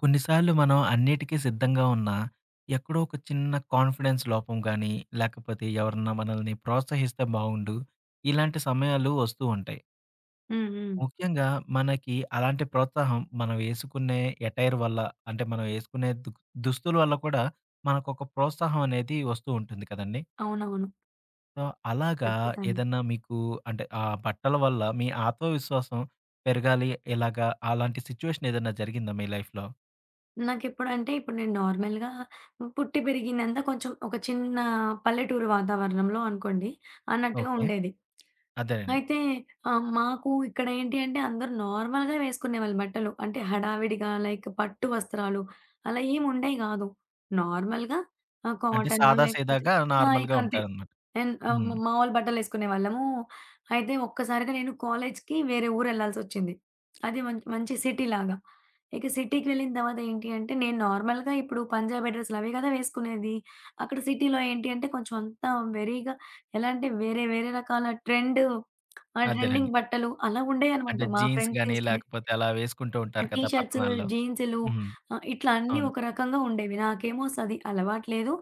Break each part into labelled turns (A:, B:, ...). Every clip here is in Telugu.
A: కొన్నిసార్లు మనం అన్నిటికీ సిద్ధంగా ఉన్నా, ఎక్కడో ఒక చిన్న కాన్ఫిడెన్స్ లోపం గానీ, లేకపోతే ఎవరన్నా మనల్ని ప్రోత్సహిస్తే బావుండు, ఇలాంటి సమయాలు వస్తూ ఉంటాయి.
B: హ్మ్. హ్మ్.
A: ముఖ్యంగా మనకి అలాంటి ప్రోత్సాహం మనం వేసుకునే ఎటైర్ వల్ల, అంటే మనం వేసుకునే దుస్తుల వల్ల కూడా మనకొక ప్రోత్సాహం అనేది వస్తూ ఉంటుంది కదండీ!
B: అవునవును.
A: సో, అలాగా
B: ఖచ్చితంగా.
A: ఏదన్నా మీకు అంటే ఆ బట్టల వల్ల మీ ఆత్మవిశ్వాసం పెరగాలి, ఇలాగా అలాంటి సిట్యుయేషన్ ఏదన్నా జరిగిందా మీ లైఫ్‌లో?
B: నాకెప్పుడంటే ఇప్పుడు నేను నార్మల్‌గా పుట్టి పెరిగిందంతా కొంచెం ఒక చిన్న పల్లెటూరు వాతావరణంలో అనుకోండి అన్నట్టుగా
A: ఓకే.
B: ఉండేది.
A: అదేనండి.
B: అయితే మాకు ఇక్కడేంటి అంటే అందరూ నార్మల్‌గా వేసుకునేవాళ్ళు బట్టలు. అంటే హడావిడిగా లైక్ పట్టు వస్త్రాలు అలా ఏమి ఉండేవి గాదు. నార్మల్‌గా
A: అంటే
B: కాటను
A: సాదా
B: లేకపోతే
A: సీదాగా
B: ఆ! ఇక
A: నార్మల్‌గా
B: అంతే.
A: ఉంటారనమాట.
B: అండ్ ఆహ్, మ
A: హ్మ్.
B: మామూలు బట్టలేసుకునేవాళ్ళము. అయితే ఒక్కసారిగా నేను కాలేజ్‌కి వేరే ఊరెళ్ళాల్సొచ్చింది. అది మంచి సిటీలాగా. ఇక సిటీకి వెళ్ళిన తర్వాత ఏంటి అంటే నేను నార్మల్‌గా ఇప్పుడు పంజాబీ డ్రెస్‌లు అవి గదా వేసుకునేది. అక్కడ సిటీలో ఏంటి అంటే కొంచెం అంతా వెరీగా ఎలా అంటే వేరే వేరే రకాల ట్రెండ్ ఆ!
A: అదేనండి.
B: ట్రెండింగ్ బట్టలు అలా ఉండేయనమాట.
A: అంటే
B: మా
A: జీన్స్
B: ఫ్రెండ్స్
A: గాని
B: ఏసుకునే
A: లేకపోతే అలా వేసుకుంటూ
B: ఆ
A: ఉంటారు
B: టీ
A: కదా!
B: షర్ట్స్,
A: పట్టణాల్లో.
B: జీన్సులు
A: హ్మ్.
B: ఇట్లా అన్నీ
A: అవును.
B: ఒక రకంగా ఉండేవి. నాకేమో అసలు అది అలవాటు లేదు.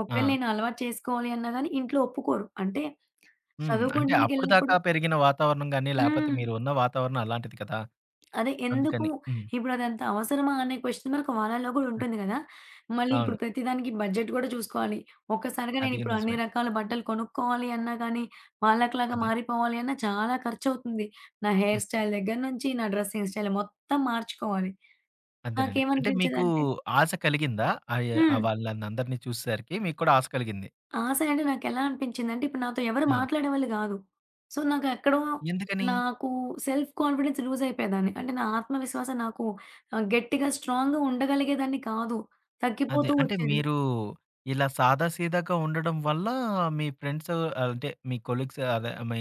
B: ఒకవేళ
A: ఆ!
B: నేను అలవాటు చేసుకోవాలి అన్నా గాని ఇంట్లో ఒప్పుకోరు. అంటే
A: హ్మ్. అంటే
B: చదువుకోవడానికెళ్ళినప్పుడు
A: అప్పటిదాకా పెరిగిన వాతావరణం గాని లేపోతే
B: హ్మ్.
A: మీరు ఉన్న వాతావరణం అలాంటిది కదా!
B: అదే ఎందుకు
A: అందుకని. హ్మ్.
B: ఇప్పుడదంత అవసరమా అనే క్వెషన్ మనకు వాళ్ళలో కూడా ఉంటుంది కదా! మళ్ళీ
A: అవును.
B: ఇప్పుడు ప్రతిదానికి బడ్జెట్ కూడా చూసుకోవాలి. ఒక్కసారిగా
A: అది
B: నేనిప్పుడు అన్ని
A: నిజమే.
B: రకాల బట్టలు కొనుక్కోవాలి అన్నా కానీ, వాళ్ళకిలాగా
A: అదే.
B: మారిపోవాలి అన్నా చాలా ఖర్చవుతుంది. నా
A: హ్మ్.
B: హెయిర్ స్టైల్ దగ్గర నుంచి, నా డ్రెస్సింగ్ స్టైల్ మొత్తం మార్చుకోవాలి.
A: అదేనండి. అంటే మీకు
B: నాకేమనిపించేదంటే
A: ఆశ కలిగిందా? ఆ
B: హ్మ్.
A: వాళ్ళనందరిని చూసేసరికి మీకు కూడా ఆశ కలిగింది.
B: ఆశ అంటే నాకెలా అనిపించిందంటే, ఇప్పుడు నాతో ఎవరు
A: ఆ!
B: మాట్లాడేవాళ్ళు గాదు. సో, నాకెక్కడో
A: ఎందుకని?
B: నాకు సెల్ఫ్ కాన్ఫిడెన్స్ లూజ్ అయిపోయేదాన్ని. అంటే నా ఆత్మవిశ్వాసం నాకు గట్టిగా స్ట్రాంగ్‌గా ఉండగలిగేదాన్ని కాదు.
A: అదే.
B: తగ్గిపోతూ
A: అంటే
B: వచ్చేది.
A: మీరు ఇలా సాదా సీదాగా ఉండడం వల్ల మీ ఫ్రెండ్స్ అంటే మీ కొలీగ్స్ అదే మీ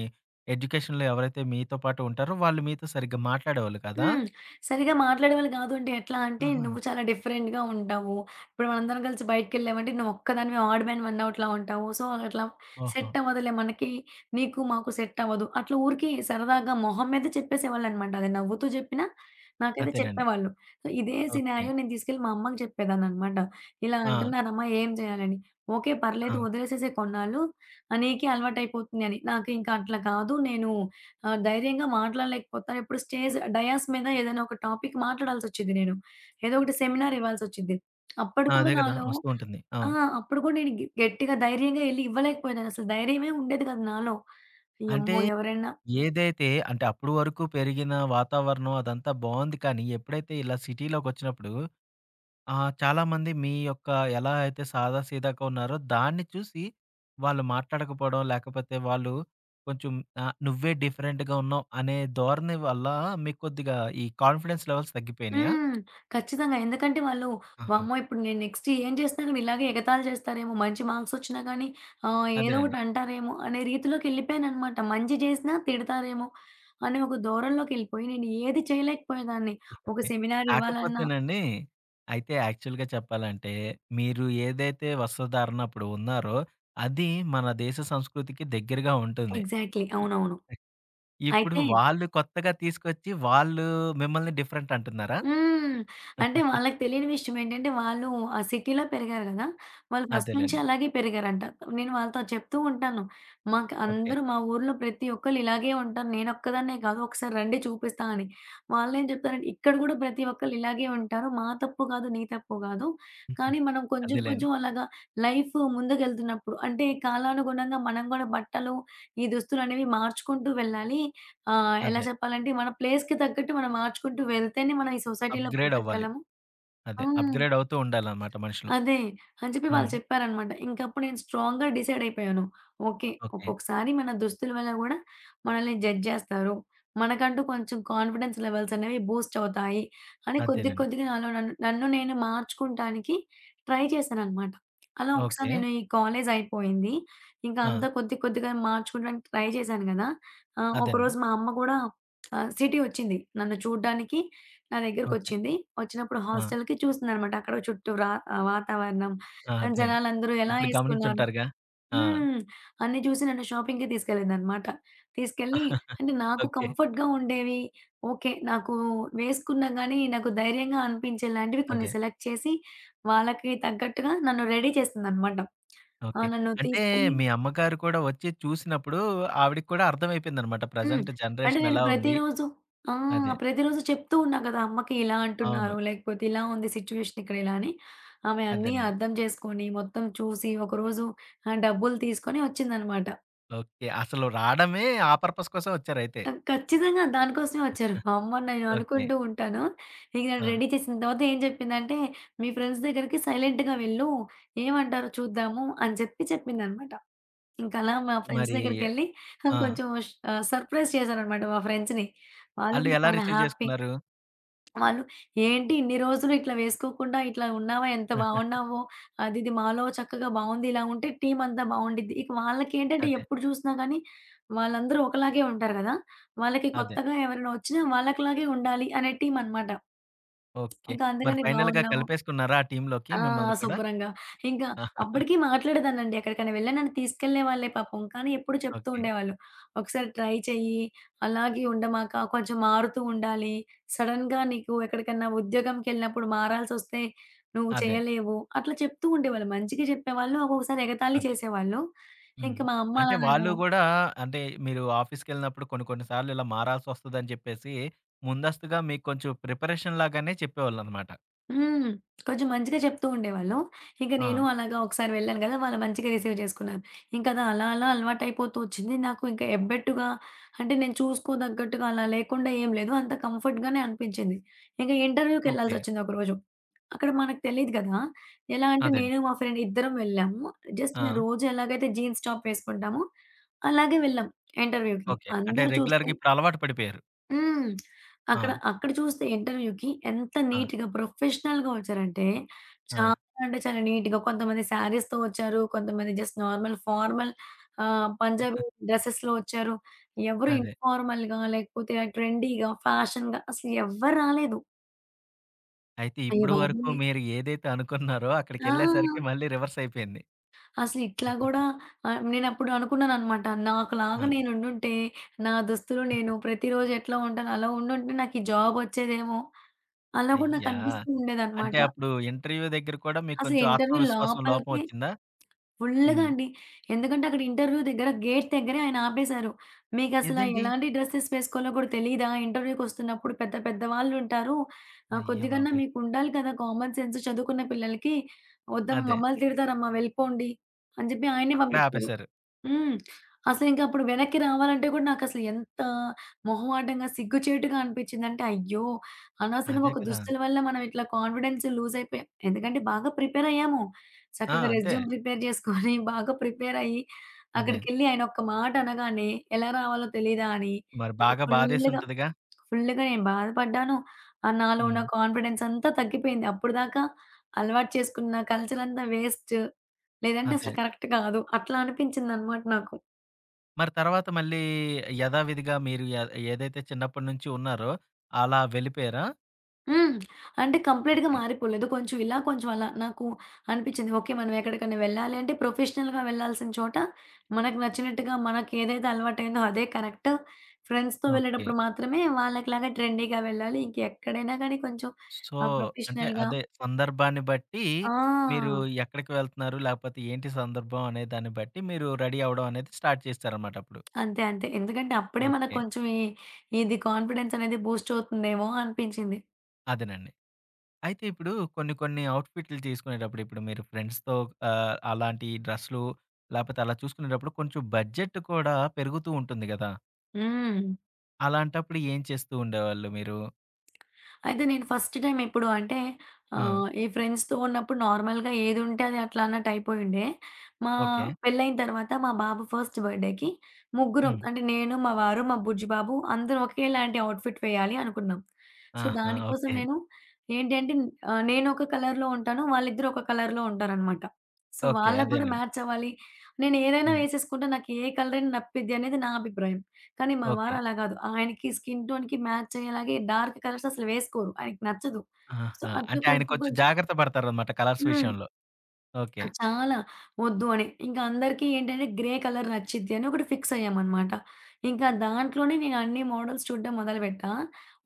A: ఎడ్యుకేషన్‌లో ఎవరైతే మీతో పాటు ఉంటారో వాళ్ళు మీతో సరిగ్గా మాట్లాడేవాళ్ళు కాదా?
B: హ్మ్. సరిగ్గా మాట్లాడేవాళ్ళు గాదు అంటే ఎట్లా అంటే,
A: ఆహా!
B: నువ్వు చాలా డిఫరెంట్‌గా ఉంటావు. ఇప్పుడు మనందరం కలిసి బయటికెళ్ళామంటే, నువ్వొక్కదానివే ఆడ్ మ్యాన్ వన్ అవుట్‌లా ఉంటావు. సో, అట్లా
A: ఓహో!
B: సెట్ అవ్వదులే మనకి, నీకు మాకు సెట్ అవ్వదు. అట్లా ఊరికే సరదాగా మొహం మీద చెప్పేసేవాళ్ళనమాట. అది నవ్వుతూ జెప్పినా నాకైతే
A: అదేనండి.
B: చెప్పేవాళ్ళు. సో, ఇదే
A: ఓకే.
B: సినారియో నేను తీసుకెళ్ళి మా అమ్మకి చెప్పేదాన్ననమాట. ఇలా
A: ఆ!
B: అంటున్నారమ్మా ఏం చేయాలని? ఓకే.
A: ఆ!
B: పర్లేదు వదిలేసేసేయి కొన్నాళ్ళు. నీకే అలవాటయిపోతుంది అని. నాకు ఇంకా అట్లా కాదు. నేను ఆ! ధైర్యంగా మాట్లాడలేకపోతాను. ఇప్పుడు స్టేజ్ డయాస్ మీద ఏదైనా ఒక టాపిక్ మాట్లాడాల్సొచ్చింది నేను. ఏదో ఒకటి సెమినార్ ఇవ్వాల్సొచ్చింది. అప్పుడు
A: ఆ!
B: కూడా
A: అదే కదా!
B: నాలో
A: వస్తూ ఉంటుంది. ఆ!
B: ఆ! అప్పుడు కూడా నేను గట్టిగా ధైర్యంగా ఎళ్లి ఇవ్వలేకపోయేదాన్ని. అసలు ధైర్యమే ఉండేది కాదు నాలో.
A: అంటే
B: యమ్మో! ఎవరైనా
A: ఏదైతే అంటే అప్పటి వరకు పెరిగిన వాతావరణం అదంతా బావుంది కానీ ఎప్పుడైతే ఇలా సిటీలోకొచ్చినప్పుడు ఆ! చాలామంది మీ యొక్క ఎలా అయితే సాదా సీదాగా ఉన్నారో దాన్ని చూసి వాళ్ళు మాట్లాడకపోవడం, లేకపోతే వాళ్ళు కొంచెం నువ్వే డిఫరెంట్‌గా ఉన్నావు అనే ధోరణి వల్ల మీకు కొద్దిగా ఈ కాన్ఫిడెన్స్ లెవెల్స్ తగ్గిపోయినాయా?
B: హ్మ్. ఖచ్చితంగా. ఎందుకంటే వాళ్ళు
A: ఆహా!
B: వామ్మో! ఇప్పుడు నేను నెక్స్ట్ ఏం చేసినా గాని ఇలాగే ఎగతాళి చేస్తారేమో, మంచి మార్క్స్ వచ్చినా గాని ఏదో
A: అదేనండి.
B: ఒకటి అంటారేమో అనే రీతిలోకెళ్ళిపోయాననమాట. మంచి చేసినా తిడతారేమో అనే ఒక ధోరణిలోకెళ్ళిపోయి నేను ఏది చేయలేకపోయేదాన్ని. ఒక
A: ఓకే.
B: సెమినార్ ఇవ్వాలన్నా
A: కాకపోతేనండి, అయితే యాక్చువల్‌గా చెప్పాలంటే మీరు ఏదైతే వస్త్రధారణ అప్పుడు ఉన్నారో అది మన దేశ సంస్కృతికి దగ్గరగా ఉంటుంది.
B: ఎగ్జాక్ట్‌లీ.
A: ఇ
B: అవునవును.
A: ఇప్పుడు
B: అయితే
A: వాళ్ళు కొత్తగా తీసుకొచ్చి వాళ్ళు మిమ్మల్ని డిఫరెంట్ అంటున్నారా?
B: హ్మ్. అంటే వాళ్ళకి తెలియని విషయం ఏంటంటే, వాళ్ళు ఆ సిటీలో పెరిగారు గదా! వాళ్ళు ఫస్ట్ నుంచి
A: అదేలెండి.
B: అలాగే పెరిగారంట. నేను వాళ్ళతో చెప్తూ ఉంటాను. మాకు
A: ఓకే.
B: అందరూ మా ఊర్లో ప్రతి ఒక్కళ్ళు ఇలాగే ఉంటారు. నేనొక్కదాన్నే కాదు. ఒకసారి రండి చూపిస్తా అని. వాళ్ళేం చెప్తారంటే, ఇక్కడ గూడా ప్రతి ఒక్కళ్ళు ఇలాగే ఉంటారు. మా తప్పు కాదు, నీ తప్పు కాదు. కానీ మనం కొంచెం
A: అదేలెండి.
B: కొంచెం అలాగా లైఫ్ ముందుకెళ్తున్నప్పుడు అంటే కాలానుగుణంగా మనం గూడా బట్టలు, ఈ దుస్తులనేవి మార్చుకుంటూ వెళ్ళాలి. ఆ! ఎలా
A: అదే.
B: చెప్పాలంటే, మన ప్లేస్‌కి తగ్గట్టు మనం మార్చుకుంటూ వెళ్తేనే మనం ఈ సొసైటీలో
A: అప్‌గ్రేడ్ అవ్వాలి.
B: బతకగలము.
A: అదే.
B: హ్మ్.
A: అప్‌గ్రేడ్ అవుతూ ఉండాలనమాట మనుషులు.
B: అదే. అని చెప్పి వాళ్ళు
A: హ్మ్.
B: చెప్పారనమాట. ఇంకప్పుడు నేను స్ట్రాంగ్‌గా డిసైడ్ అయిపోయాను. ఓకే.
A: ఓకే.
B: ఒక్కొక్కసారి మన దుస్తుల వల్ల గూడా మనల్ని జడ్జ్ జేస్తారు. మనకంటూ కొంచెం కాన్ఫిడెన్స్ లెవెల్స్ అనేవి బూస్ట్ అవుతాయి. అని కొద్ది
A: అదేలెండి.
B: కొద్దిగా నాలో నన్ను నన్ను నేను మార్చుకుంటానికి ట్రై చేశాననమాట. అలా ఒకసారి
A: ఓకే.
B: నేను ఈ కాలేజ్ అయిపోయింది. ఇంకా
A: ఆ!
B: అంతా కొద్ది కొద్దిగా మార్చుకోవడానికి ట్రై చేశాను గదా!
A: అదేనండి.
B: ఒకరోజు మా అమ్మ గూడా సిటీ ఒచ్చింది. నన్ను చూడ్డానికి నా
A: ఓకే.
B: దగ్గరకొచ్చింది. వచ్చినప్పుడు
A: ఆ!
B: హాస్టల్‌కి చూస్తుందనమాట. అక్కడ చుట్టూ రా వాతావరణం,
A: ఆ! అదే.
B: జనాలందరూ ఎలా
A: అప్పుడు
B: ఏసుకున్నారు
A: గమనించుంటారుగా. ఆ!
B: హ్మ్. అన్నీ చూసి నన్ను షాపింగ్‌కి తీసుకెళ్ళిందనమాట. తీసుకెళ్ళి అంటే నాకు
A: ఓకే.
B: కంఫర్ట్‌గా ఉండేవి. ఓకే. నాకు వేసుకున్నా గానీ నాకు ధైర్యంగా అనిపించేలాంటివి కొన్ని
A: అదే.
B: సెలెక్ట్ చేసి వాళ్ళకి తగ్గట్టుగా నన్ను రెడీ చేసిందనమాట. ఆ!
A: ఓకే.
B: నన్ను
A: అంటే
B: తీసుకెళ్ళి
A: మీ అమ్మగారు కూడా వచ్చి చూసినప్పుడు ఆవిడకి కూడా అర్థమైపోయిందనమాట.
B: హ్మ్.
A: ప్రెజెంట్
B: అంటే
A: జనరేషన్
B: నేను
A: ఎలా ఉంది.
B: ప్రతిరోజు ఆ!
A: అదే.
B: ప్రతిరోజు చెప్తూ ఉన్నా కదా! అమ్మకి ఇలా
A: అవును.
B: అంటున్నారు. లేకపోతే ఇలా ఉంది సిట్యుయేషన్ ఇక్కడ ఇలా అని. ఆమె అన్నీ
A: అదేనండి.
B: అర్థం చేసుకొని, మొత్తం చూసి, ఒకరోజు డబ్బులు తీసుకొని వచ్చిందనమాట.
A: ఓకే. అసలు రాడమే ఆ పర్పస్ కోసం వచ్చారైతే.
B: ఖచ్చితంగా దానికోసమే వచ్చారు. మా అమ్మ నేను
A: ఓకే.
B: అనుకుంటూ ఉంటాను. ఇక నన్ను
A: ఆ!
B: రెడీ చేసిన తర్వాత ఏం చెప్పిందంటే, "మీ ఫ్రెండ్స్ దగ్గరికి సైలెంట్‌గా వెళ్ళు. ఏమంటారో చూద్దాము" అని చెప్పి చెప్పిందనమాట. ఇంక అలా మా ఫ్రెండ్స్
A: మరి
B: దగ్గరికెళ్ళి
A: ఆ!
B: కొంచెం సర్ప్రైజ్ చేశాననమాట మా ఫ్రెండ్స్‌ని. వాళ్ళు
A: ఆళ్ళు
B: కూడా
A: ఎలా
B: చాలా
A: రిసీవ్
B: హ్యాపీ
A: చేసుకున్నారు?
B: వాళ్ళు "ఏంటి ఇన్ని రోజులు ఇట్లా వేసుకోకుండా ఇట్లా ఉన్నావా? ఎంత బాగున్నావో. అది ఇది మాలో చక్కగా బావుంది. ఇలా ఉంటే టీమ్ అంతా బావుండిద్ది." ఇక వాళ్ళకేంటంటే
A: అదే.
B: ఎప్పుడు చూసినా గానీ వాళ్ళందరూ ఒకలాగే ఉంటారు గదా! వాళ్ళకి
A: అదే.
B: కొత్తగా ఎవరైనా వచ్చినా వాళ్ళకిలాగే ఉండాలి అనే టీమ్ అనమాట.
A: ఓకే.
B: ఇక
A: మరి
B: అందుకని
A: ఫైనల్‌గా
B: బావున్నావు
A: కలిపేసుకున్నారా ఆ టీమ్‌లోకి
B: ఆ!
A: మిమ్మల్ని కూడా?
B: శుభ్రంగా. ఇంకా అప్పటికి మాట్లాడేదాన్నండి. ఎక్కడికైనా వెళ్ళినా నన్ను తీసుకెళ్ళేవాళ్ళే పాపం. కానీ ఎప్పుడు చెప్తూ
A: ఓకే.
B: ఉండేవాళ్ళు. "ఒకసారి ట్రై చెయ్యి. అలాగే ఉండమాక. కొంచెం మారుతూ ఉండాలి. సడెన్‌గా నీకు ఎక్కడికన్నా ఉద్యోగంకెళ్ళినప్పుడు మారాల్సొస్తే నువ్వు
A: అదే.
B: చేయలేవు." అట్లా చెప్తూ ఉండేవాళ్ళు. మంచిగా చెప్పేవాళ్ళు. ఒక్కొక్కసారి ఎగతాళి
A: అదే.
B: చేసేవాళ్ళు.
A: హ్మ్.
B: ఇంక మా అమ్మ
A: అంటే
B: అలా నన్ను
A: వాళ్ళు గూడా అంటే మీరు ఆఫీస్‌కెళ్ళినప్పుడు కొన్ని కొన్ని సార్లు ఇలా మారాల్సొస్తదని చెప్పేసి ముందస్తుగా మీకు కొంచెం ప్రిపరేషన్ లాగానే చెప్పేవాళ్ళనమాట.
B: హ్మ్. కొంచెం మంచిగా చెప్తూ ఉండేవాళ్ళు. ఇంక
A: ఆ!
B: నేను అలాగా ఒకసారి వెళ్ళాను గదా! వాళ్ళు మంచిగా రిసీవ్ చేసుకున్నారు. ఇంకది అలా అలా అలవాటయిపోతూ వచ్చింది. నాకు ఇంక ఎబ్బెట్టుగా అంటే నేను చూసుకోదగ్గట్టుగా అలా లేకుండా ఏం లేదు. అంత కంఫర్ట్‌గానే అనిపించింది. ఇంక
A: ఓకే.
B: ఇంటర్వ్యూకెళ్ళాల్సొచ్చింది ఒకరోజు. అక్కడ మనకు తెలీదు గదా! ఎలా అంటే
A: అదండి.
B: నేను మా ఫ్రెండ్ ఇద్దరం వెళ్ళాము. జస్ట్
A: ఆ!
B: నేను రోజు ఎలాగైతే జీన్స్ టాప్ వేసుకుంటామో అలాగే వెళ్ళాం ఇంటర్వ్యూకి.
A: ఓకే. అంటే
B: అందరూ చూస్తే
A: రెగ్యులర్‌గా ఇప్పుడు అలవాటు పడిపోయారు.
B: హ్మ్.
A: ఆ!
B: అక్కడ, అక్కడ చూస్తే ఇంటర్వ్యూకి ఎంత
A: ఆ!
B: నీట్‌గా, ప్రొఫెషనల్‌గా వచ్చారంటే,
A: ఆ!
B: చాలా అంటే చాలా నీట్‌గా కొంతమంది శారీస్‌తో వచ్చారు. కొంతమంది జస్ట్ నార్మల్ ఫార్మల్ పంజాబీ డ్రెసెస్‌లో వచ్చారు. ఎవరు
A: అదే.
B: ఇన్ఫార్మల్‌గా లేకపోతే ట్రెండీగా, ఫ్యాషన్‌గా అసలు ఎవ్వరు రాలేదు.
A: అయితే
B: అయ్య
A: ఇప్పుడు వరకు
B: బాబోయ్!
A: మీరు ఏదైతే అనుకున్నారో
B: ఆ!
A: అక్కడికెళ్ళేసరికి మళ్ళీ రివర్స్ అయిపోయింది.
B: అసలిట్లా గూడా నేనప్పుడు అనుకున్నాననమాట. నాకులాగా
A: ఆ!
B: నేనుండుంటే, నా దుస్తులు నేను ప్రతిరోజు ఎట్లా ఉంటానో అలా ఉండుంటే నాకు ఈ జాబొచ్చేదేమో! అలా గూడా
A: అయ్యా!
B: నాకనిపిస్తూ
A: అంటే
B: ఉండేదనమాట.
A: అప్పుడు ఇంటర్వ్యూ దగ్గర కూడా మీకు
B: అసలు
A: కొంచెం
B: ఇంటర్వ్యూ
A: ఆత్మవిశ్వాసం లోపం
B: లోపలికి
A: వచ్చిందా?
B: ఫుల్లుగా
A: హ్మ్.
B: అండి. ఎందుకంటే అక్కడ ఇంటర్వ్యూ దగ్గర గేట్ దగ్గరే ఆయన ఆపేశారు. "మీకసల
A: ఇదేంటి?
B: ఎలాంటి డ్రెసెస్ వేసుకోవాలో గూడా తెలీదా? ఇంటర్వ్యూకొస్తున్నప్పుడు పెద్ద పెద్ద వాళ్ళుంటారు.
A: అయ్య
B: కొద్దిగన్నా
A: బాబోయ్!
B: మీకుండాలి కదా! కామన్ సెన్స్ చదువుకున్న పిల్లలకి. వద్దమ్మా
A: అదే.
B: మమ్మల్ని తిడతారమ్మా వెళ్ళిపోండి" అని చెప్పి ఆయన్నే
A: అక్కడే
B: పంపించారు.
A: ఆపేశారు.
B: హ్మ్. అసలింక అప్పుడు వెనక్కి రావాలంటే కూడా నాకసలు ఎంత మొహమాటంగా, సిగ్గుచేటుగా అనిపిచ్చిందంటే, అయ్యో! అనవసరంగా
A: అదే
B: ఒక
A: కదా!
B: దుస్తుల వల్ల మనం ఇట్లా కాన్ఫిడెన్స్ లూజ్ అయిపోయాం. ఎందుకంటే బాగా ప్రిపేర్ అయ్యాము.
A: ఆ!
B: చక్కగా
A: అంతే.
B: రెస్యూమ్ ప్రిపేర్ చేసుకొని, బాగా ప్రిపేర్ అయ్యి,
A: అదే.
B: అక్కడికెళ్ళి ఆయన ఒక్క మాట అనగానే ఎలా రావాలో తెలీదా అని
A: మరి
B: ఇక
A: బాగా
B: ఫుల్‌గా
A: బాధేసుంటదిగా?
B: ఫుల్‌గా నేను బాధపడ్డాను. నాలో ఉన్న
A: హ్మ్.
B: కాన్ఫిడెన్స్ అంతా తగ్గిపోయింది. అప్పటిదాకా అలవాటు చేసుకున్న కల్చర్ అంతా వేస్ట్. లేదంటే
A: అదే.
B: అసలు కరెక్ట్ కాదు. అట్లా అనిపించిందనమాట నాకు.
A: మరి తర్వాత మళ్ళీ యథావిధిగా మీరు ఏదైతే చిన్నప్పటి నుంచి ఉన్నారో అలా వెళ్ళిపోయారా?
B: హ్మ్. అంటే కంప్లీట్‌గా
A: ఓకే.
B: మారిపోలేదు. కొంచెం ఇలా, కొంచెం అలా నాకు అనిపించింది. ఓకే. మనం ఎక్కడికైనా వెళ్ళాలి అంటే ప్రొఫెషనల్‌గా వెళ్ళాల్సిన చోట మనకు నచ్చినట్టుగా మనకేదైతే అలవాటైందో అదే కరెక్ట్. ఫ్రెండ్స్‌తో
A: ఓకే.
B: వెళ్ళేటప్పుడు మాత్రమే వాళ్ళకి లాగా ట్రెండీగా వెళ్ళాలి. ఇంకెక్కడైనా గానీ కొంచెం
A: సో, అంటే
B: ప్రొఫెషనల్‌గా
A: అదే సందర్భాన్ని బట్టి మీరు
B: ఆ!
A: ఎక్కడికి వెళ్తున్నారు? లేకపోతే ఏంటి సందర్భం అనే దాన్ని బట్టి మీరు రెడీ అవ్వడం అనేది స్టార్ట్ చేశారన్నమాట అప్పుడు.
B: అంతే. అంతే. ఎందుకంటే అప్పుడే మనకు
A: ఓకే.
B: కొంచెం ఈ ఇది కాన్ఫిడెన్స్ అనేది బూస్ట్ అవుతుందేమో అనిపించింది.
A: అదేనండి. అయితే ఇప్పుడు కొన్ని కొన్ని అవుట్‌ఫిట్‌లు తీసుకునేటప్పుడు ఇప్పుడు మీరు ఫ్రెండ్స్‌తో అలాంటి డ్రెస్‌లు లేపోతే అలా చూసుకునేటప్పుడు కొంచెం బడ్జెట్ కూడా పెరుగుతూ ఉంటుంది గదా!
B: హ్మ్.
A: అలాంటప్పుడు ఏం చేస్తూ ఉండేవాళ్ళు మీరు?
B: అయితే నేను ఫస్ట్ టైమ్ ఎప్పుడు అంటే
A: ఆ!
B: ఈ ఫ్రెండ్స్‌తో ఉన్నప్పుడు నార్మల్‌గా ఏదుంటే అది అట్లా అన్నట్టు అయిపోయుండే. మా
A: ఓకే.
B: పెళ్ళైన తర్వాత మా బాబు ఫస్ట్ బర్త్‌డేకి ముగ్గురం
A: హ్మ్.
B: అంటే నేను, మా వారు, మా బుజ్జి బాబు అందరం ఒకేలాంటి అవుట్‌ఫిట్ వేయాలి అనుకున్నాం. సో,
A: ఆహా!
B: దానికోసం
A: ఓకే.
B: నేను ఏంటంటే నేను ఒక కలర్‌లో ఉంటాను. వాళ్ళిద్దరూ ఒక కలర్‌లో ఉంటారనమాట. So,
A: okay.
B: వాళ్ళకి గూడా
A: అదేనండి.
B: మ్యాచ్ అవ్వాలి. నేను ఏదైనా
A: హ్మ్.
B: వేసేసుకుంటా నాకు ఏ కలర్ అయినా నప్పిద్ది అనేది నా అభిప్రాయం. కానీ మా
A: ఓకే.
B: వారు అలా గాదు. ఆయనకి స్కిన్ టోన్‌కి మ్యాచ్ అయ్యేలాగే డార్క్ కలర్స్ అసలు వేసుకోరు. ఆయనకి నచ్చదు. సో,
A: ఆహా!
B: అట్లా
A: అంటే ఆయన
B: కొంచెం
A: కొంచెం
B: కొంచెం
A: జాగ్రత్త పడతారనమాట కలర్స్
B: హ్మ్.
A: విషయంలో. ఓకే.
B: ఆ! చాలా వద్దు అని. ఇంకా అందరికీ ఏంటంటే గ్రే కలర్ నచ్చిద్ది అని ఒకటి ఫిక్స్ అయ్యామనమాట. ఇంకా దాంట్లోనే నేను అన్ని మోడల్స్ చూడడం మొదలుపెట్టా.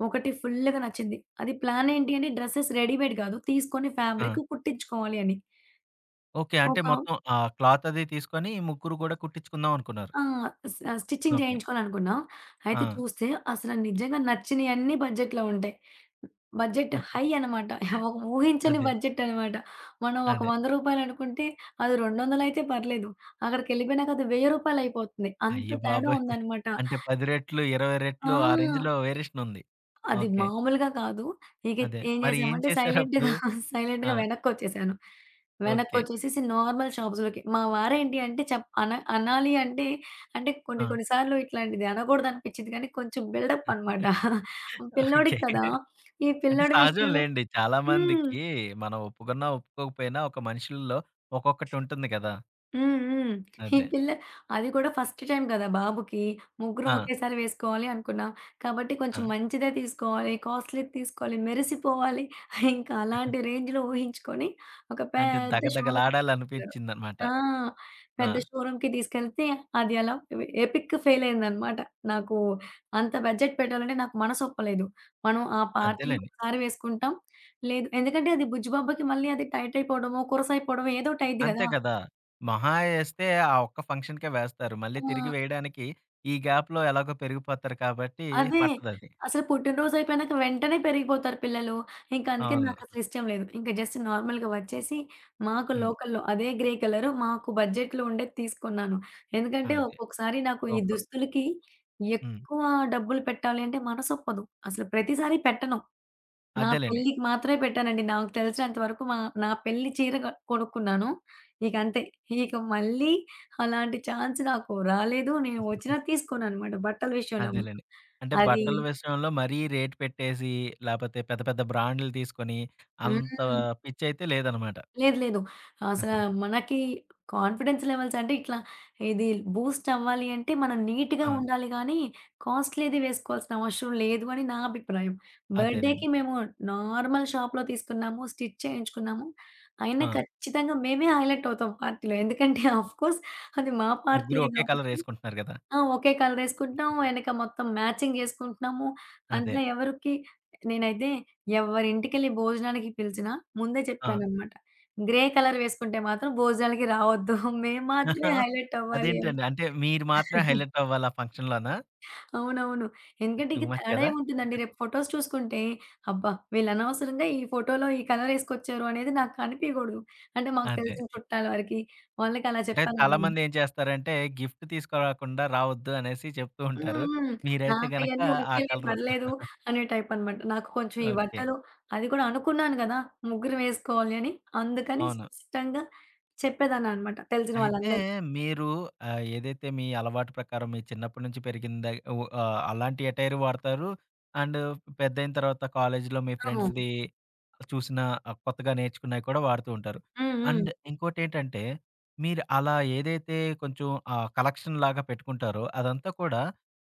B: ఒకటి ఫుల్‌గా నచ్చింది. అది ప్లాన్ ఏంటి అంటే డ్రెసెస్ రెడీమేడ్ గాదు. తీసుకొని
A: ఆ!
B: ఫ్యాబ్రిక్ కుట్టించుకోవాలి అని.
A: ఓకే. అంటే
B: ఒక
A: మొత్తం ఆ క్లాత్ అది తీసుకొని ముగ్గురు గూడా కుట్టించుకుందాం అనుకున్నారు.
B: ఆ! స్ స్టిచ్చింగ్
A: ఓకే.
B: చేయించుకోవాలనుకున్నాం.
A: ఆ!
B: అయితే చూస్తే అసలు నిజంగా నచ్చినయన్నీ బడ్జెట్‌లో ఉంటాయి. బడ్జెట్ హై అనమాట. ఒక ఊహించని
A: అదే.
B: బడ్జెట్ అనమాట. మనం ఒక
A: అదే.
B: రూ. 100 అనుకుంటే అది 200 అయితే పర్లేదు. అక్కడికెళ్ళిపోయినాక అది రూ. 1000 అయిపోతుంది. అంత
A: అయ్య
B: తేడా
A: బాబోయ్!
B: ఉందనమాట.
A: అంటే 10 రెట్లు, 20 రెట్లు ఆ రేంజ్‌లో
B: ఆ!
A: వేరియేషన్ ఉంది.
B: అది
A: ఓకే.
B: మామూలుగా కాదు. ఇక
A: అదే.
B: ఏం
A: మరి ఏం
B: చేశామంటే
A: చేశారప్పుడు?
B: సైలెంట్‌గా,
A: ఆ!
B: సైలెంట్‌గా వెనక్కొచ్చేసాను.
A: ఓకే.
B: వెనక్కొచ్చేసేసి నార్మల్ షాప్స్‌లోకి. మా వారేంటి అంటే చెప్ అన అనాలి అంటే, అంటే
A: ఆ!
B: కొన్ని కొన్ని సార్లు ఇట్లాంటిది అనకూడదనిపిచ్చిద్ది కానీ కొంచెం బిల్డప్ అనమాట.
A: ఓకే.
B: పిల్లోడికి కదా! ఈ
A: అంటే
B: పిల్లోడి
A: సహజం
B: విషయంలో
A: లెండి. చాలా
B: హ్మ్.
A: మందికి మనం ఒప్పుకున్నా, ఒప్పుకోకపోయినా ఒక మనుషుల్లో ఒక్కొక్కటి ఉంటుంది కదా!
B: హ్మ్. హ్మ్. ఈ
A: అదే.
B: పిల్ల అది కూడా ఫస్ట్ టైమ్ కదా బాబుకి. ముగ్గురం
A: ఆ!
B: ఒకేసారి వేసుకోవాలి అనుకున్నాం. కాబట్టి
A: ఆ!
B: కొంచెం మంచిదే తీసుకోవాలి, కాస్ట్‌లీది తీసుకోవాలి, మెరిసిపోవాలి. ఇంకా అలాంటి రేంజ్‌లో ఊహించుకొని ఒక
A: అంటే
B: పెద్ద షోరూమ్ తీసుకెళ్లారు.
A: దగదగలాడాలనిపించిందనమాట.
B: ఆ! పెద్ద
A: ఆ!
B: షోరూమ్‌కి తీసుకెళ్తే అది అలా ఎపిక్ ఫెయిల్ అయిందనమాట. నాకు అంత బడ్జెట్ పెట్టాలంటే నాకు మనసొప్పలేదు. మనం ఆ పార్టీలో
A: అదేలెండి.
B: ఒకసారి వేసుకుంటాం. లేదు ఎందుకంటే అది బుజ్జిబాబుకి మళ్ళీ అది టైట్ అయిపోవడమో, కురస అయిపోవడమో ఏదోకటి అయిద్ది
A: అంతే
B: కదా!
A: కదా! మహా ఏస్తే ఆ ఒక్క ఫంక్షన్‌కే వేస్తారు. మళ్ళీ తిరిగి
B: ఆ!
A: వేయడానికి ఈ గ్యాప్‌లో ఎలాగో పెరిగిపోతారు కాబట్టి
B: అదే.
A: పట్టదది.
B: అసలు పుట్టినరోజయిపోయినాక వెంటనే పెరిగిపోతారు పిల్లలు. ఇంక అందుకని
A: అవును.
B: నాకసలు ఇష్టం లేదు. ఇంక జస్ట్ నార్మల్‌గా వచ్చేసి మాకు
A: హ్మ్.
B: లోకల్‌లో అదే గ్రే కలరు మాకు బడ్జెట్‌లో ఉండేది తీసుకున్నాను. ఎందుకంటే
A: అదే.
B: ఒక్కొక్కసారి నాకు ఈ
A: సూపరు.
B: దుస్తులకి
A: హ్మ్.
B: ఎక్కువ డబ్బులు పెట్టాలి అంటే మనసొప్పదు. అసలు ప్రతిసారి పెట్టను. నా
A: అదేలెండి.
B: పెళ్ళికి మాత్రమే పెట్టానండి. నాకు తెలిసినంత వరకు మా నా పెళ్లి చీర కొనుక్కున్నాను. ఇక అంతే. ఇక మళ్ళీ అలాంటి ఛాన్స్ నాకు రాలేదు. నేను వచ్చినా తీసుకోననమాట బట్టల విషయంలో మాత్రం.
A: అదేలెండి. అంటే
B: అది
A: బట్టల విషయంలో మరీ రేట్ పెట్టేసి, లేపోతే పెద్ద పెద్ద బ్రాండ్‌లు తీసుకొని, అంత
B: హ్మ్.
A: పిచ్చయితే లేదనమాట.
B: లేదు. లేదు. అసలా మనకి కాన్ఫిడెన్స్ లెవెల్స్ అంటే ఇట్లా ఇది బూస్ట్ అవ్వాలి అంటే మనం నీట్‌గా
A: ఆ!
B: ఉండాలి గానీ, కాస్ట్‌లీది వేసుకోవాల్సిన అవసరం లేదు అని నా అభిప్రాయం.
A: అదేనండి.
B: బర్త్‌డేకి మేము నార్మల్ షాప్‌లో తీసుకున్నాము. స్టిచ్ చేయించుకున్నాము. అయినా
A: ఆ!
B: ఖచ్చితంగా మేమే హైలైట్ అవుతాం పార్టీలో. ఎందుకంటే ఆఫ్ కోర్స్ అది మా
A: ముగ్గురు
B: పార్టీయే
A: ఒకే కలర్
B: కాబట్టి
A: ఏసుకుంటున్నారు గదా!
B: ఆ! ఒకే కలరేసుకుంటున్నాం. వెనక మొత్తం మ్యాచింగ్ జేసుకుంటున్నాము.
A: అదే.
B: అంతా ఎవరికి నేనైతే ఎవరింటికెళ్ళి భోజనానికి పిలిచినా ముందే
A: ఆ!
B: చెప్పాననమాట. గ్రే కలర్ వేసుకుంటే మాత్రం భోజనాలకి రావద్దు. మేము మాత్రమే హైలైట్ అవ్వాలి అని.
A: అదేంటండి? అంటే మీరు మాత్రం హైలైట్ అవ్వాలి ఆ ఫంక్షన్‌లోనా?
B: అవునవును. ఎందుకంటే
A: టూ
B: ఇక
A: మచ్
B: తేడా
A: కదా!
B: ఏముంటుందండి. రేపు ఫోటోస్ చూసుకుంటే, అబ్బా! వీళ్ళు అనవసరంగా ఈ ఫోటోలో ఈ కలర్ ఏసుకొచ్చారు అనేది నాకు కనిపియగూడదు. అంటే మాకు
A: అదే.
B: తెలిసిన చుట్టాల వరకి వాళ్ళకి అలా
A: అంటే
B: చెప్పాననమాట.
A: చాలామంది ఏం చేస్తారంటే, గిఫ్ట్ తీసుకురాకుండా రావద్దు అనేసి చెప్తూ
B: హ్మ్.
A: ఉంటారు.
B: హ్మ్.
A: మీరైతే గనక
B: నాకయన్నీ
A: ఆ
B: ఓకేలే
A: కలరు.
B: పర్లేదు అనే టైపనమాట. నాకు కొంచెం ఈ
A: ఓకే.
B: బట్టలు అది కూడా అనుకున్నాను గదా! ముగ్గురం వేసుకోవాలి అని. అందుకని
A: అవును.
B: స్పష్టంగా చెప్పేదాన్ననమాట తెలిసిన
A: అయితే
B: వాళ్ళందరికి.
A: మీరు ఏదైతే మీ అలవాటు ప్రకారం మీ చిన్నప్పటి నుంచి పెరిగింద అలాంటి అటైర్ వాడతారు. అండ్ పెద్దయిన తర్వాత కాలేజీలో మీ
B: ఆ! హ్మ్.
A: ఫ్రెండ్స్‌ది చూసిన కొత్తగా నేర్చుకున్నయి కూడా వాడుతూ ఉంటారు.
B: హ్మ్.
A: అండ్ ఇంకోటేంటంటే మీరు అలా ఏదైతే కొంచెం కలెక్షన్ లాగా పెట్టుకుంటారో అదంతా కూడా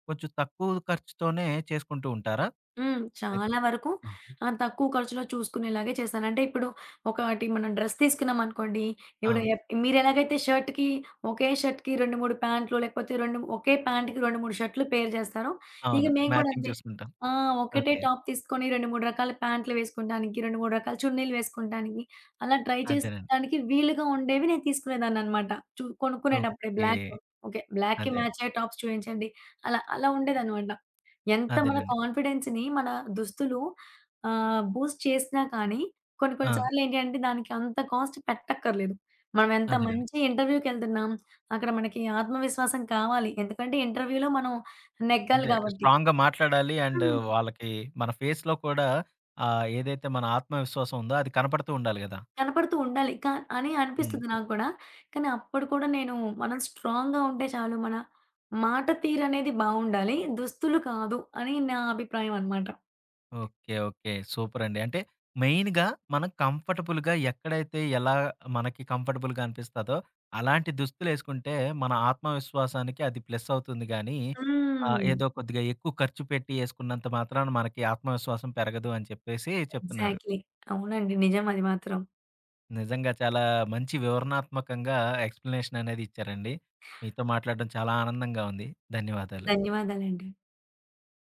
A: కొంచెం తక్కువ ఖర్చుతోనే చేసుకుంటూ ఉంటారా?
B: హ్మ్.
A: అయితే
B: చాలా వరకు
A: హుహు.
B: తక్కువ ఖర్చులో చూసుకునేలాగే చేశాను. అంటే ఇప్పుడు ఒకటి మనం డ్రెస్ తీసుకున్నామనుకోండి,
A: ఆ!
B: ఇప్పుడు మీరెలాగైతే షర్ట్‌కి ఒకే షర్ట్‌కి 2, 3 ప్యాంట్లు లేకపోతే రెండు ఒకే ప్యాంట్‌కి 2, 3 షర్ట్‌లు పేర్ చేస్తారో, ఇక
A: అవును.
B: మేము కూడా
A: మ్యాచింగ్
B: అంతే.
A: చూసుకుంటాం.
B: ఆ! ఒకటే
A: ఓకే.
B: టాప్ తీసుకొని 2, 3 రకాల ప్యాంట్లు వేసుకుంటానికి, 2, 3 రకాల చున్నీలు వేసుకుంటానికి, అలా ట్రై
A: అదేనండి.
B: చేసేదానికి వీలుగా ఉండేవి నేను తీసుకునేదాన్ననమాట. కొనుక్కునేటప్పుడే
A: ఓకే.
B: Black okay. బ్లాక్‌కి
A: అదే.
B: మ్యాచ్ అయ్యే టాప్స్ చూయించండి. అలా అలా ఉండేదనమాట. ఎంత మన
A: అదేనండి.
B: కాన్ఫిడెన్స్‌ని మన దుస్తులు బూస్ట్ చేసినా కానీ కొన్ని కొన్ని
A: ఆ!
B: సార్లు ఏంటి అంటే దానికి అంత కాస్ట్ పెట్టక్కర్లేదు. మనం ఎంత
A: అదేనండి.
B: మంచి ఇంటర్వ్యూకెళ్తున్నాం, అక్కడ మనకి ఆత్మవిశ్వాసం కావాలి. ఎందుకంటే ఇంటర్వ్యూలో మనం నెగ్గాలి
A: అంటే
B: కాబట్టి.
A: స్ట్రాంగ్‌గా మాట్లాడాలి. అండ్
B: హ్మ్.
A: వాళ్ళకి మన ఫేస్‌లో కూడా ఏదైతే మన ఆత్మవిశ్వాసం ఉందో అది కనపడుతూ ఉండాలి గదా!
B: కనపడుతూ ఉండాలి. అని
A: హ్మ్.
B: అనిపిస్తుంది నాకు కూడా. కానీ అప్పుడు కూడా నేను మనం స్ట్రాంగ్‌గా ఉంటే చాలు. మన మాట తీరనేది బావుండాలి. దుస్తులు కాదు అని నా అభిప్రాయం అనమాట.
A: ఓకే. ఓకే. సూపర్ అండి. అంటే మెయిన్‌గా మనం కంఫర్టబుల్‌గా ఎక్కడైతే ఎలా మనకి కంఫర్టబుల్‌గా అనిపిస్తదో అలాంటి దుస్తులేసుకుంటే మన ఆత్మవిశ్వాసానికి అది ప్లస్ అవుతుంది గానీ
B: హ్మ్.
A: ఏదో కొద్దిగా ఎక్కువ ఖర్చు పెట్టి ఏసుకున్నంత మాత్రాన మనకి ఆత్మవిశ్వాసం పెరగదు అని చెప్పేసి చెప్తున్నారు.
B: ఎగ్జాక్ట్‌లీ. అవునండి. నిజం అది మాత్రం.
A: నిజంగా చాలా మంచి వివరణాత్మకంగా ఎక్స్‌ప్లనేషన్ అనేది ఇచ్చారండి. మీతో మాట్లాడడం చాలా ఆనందంగా ఉంది. ధన్యవాదాలు.
B: ధన్యవాదాలండి.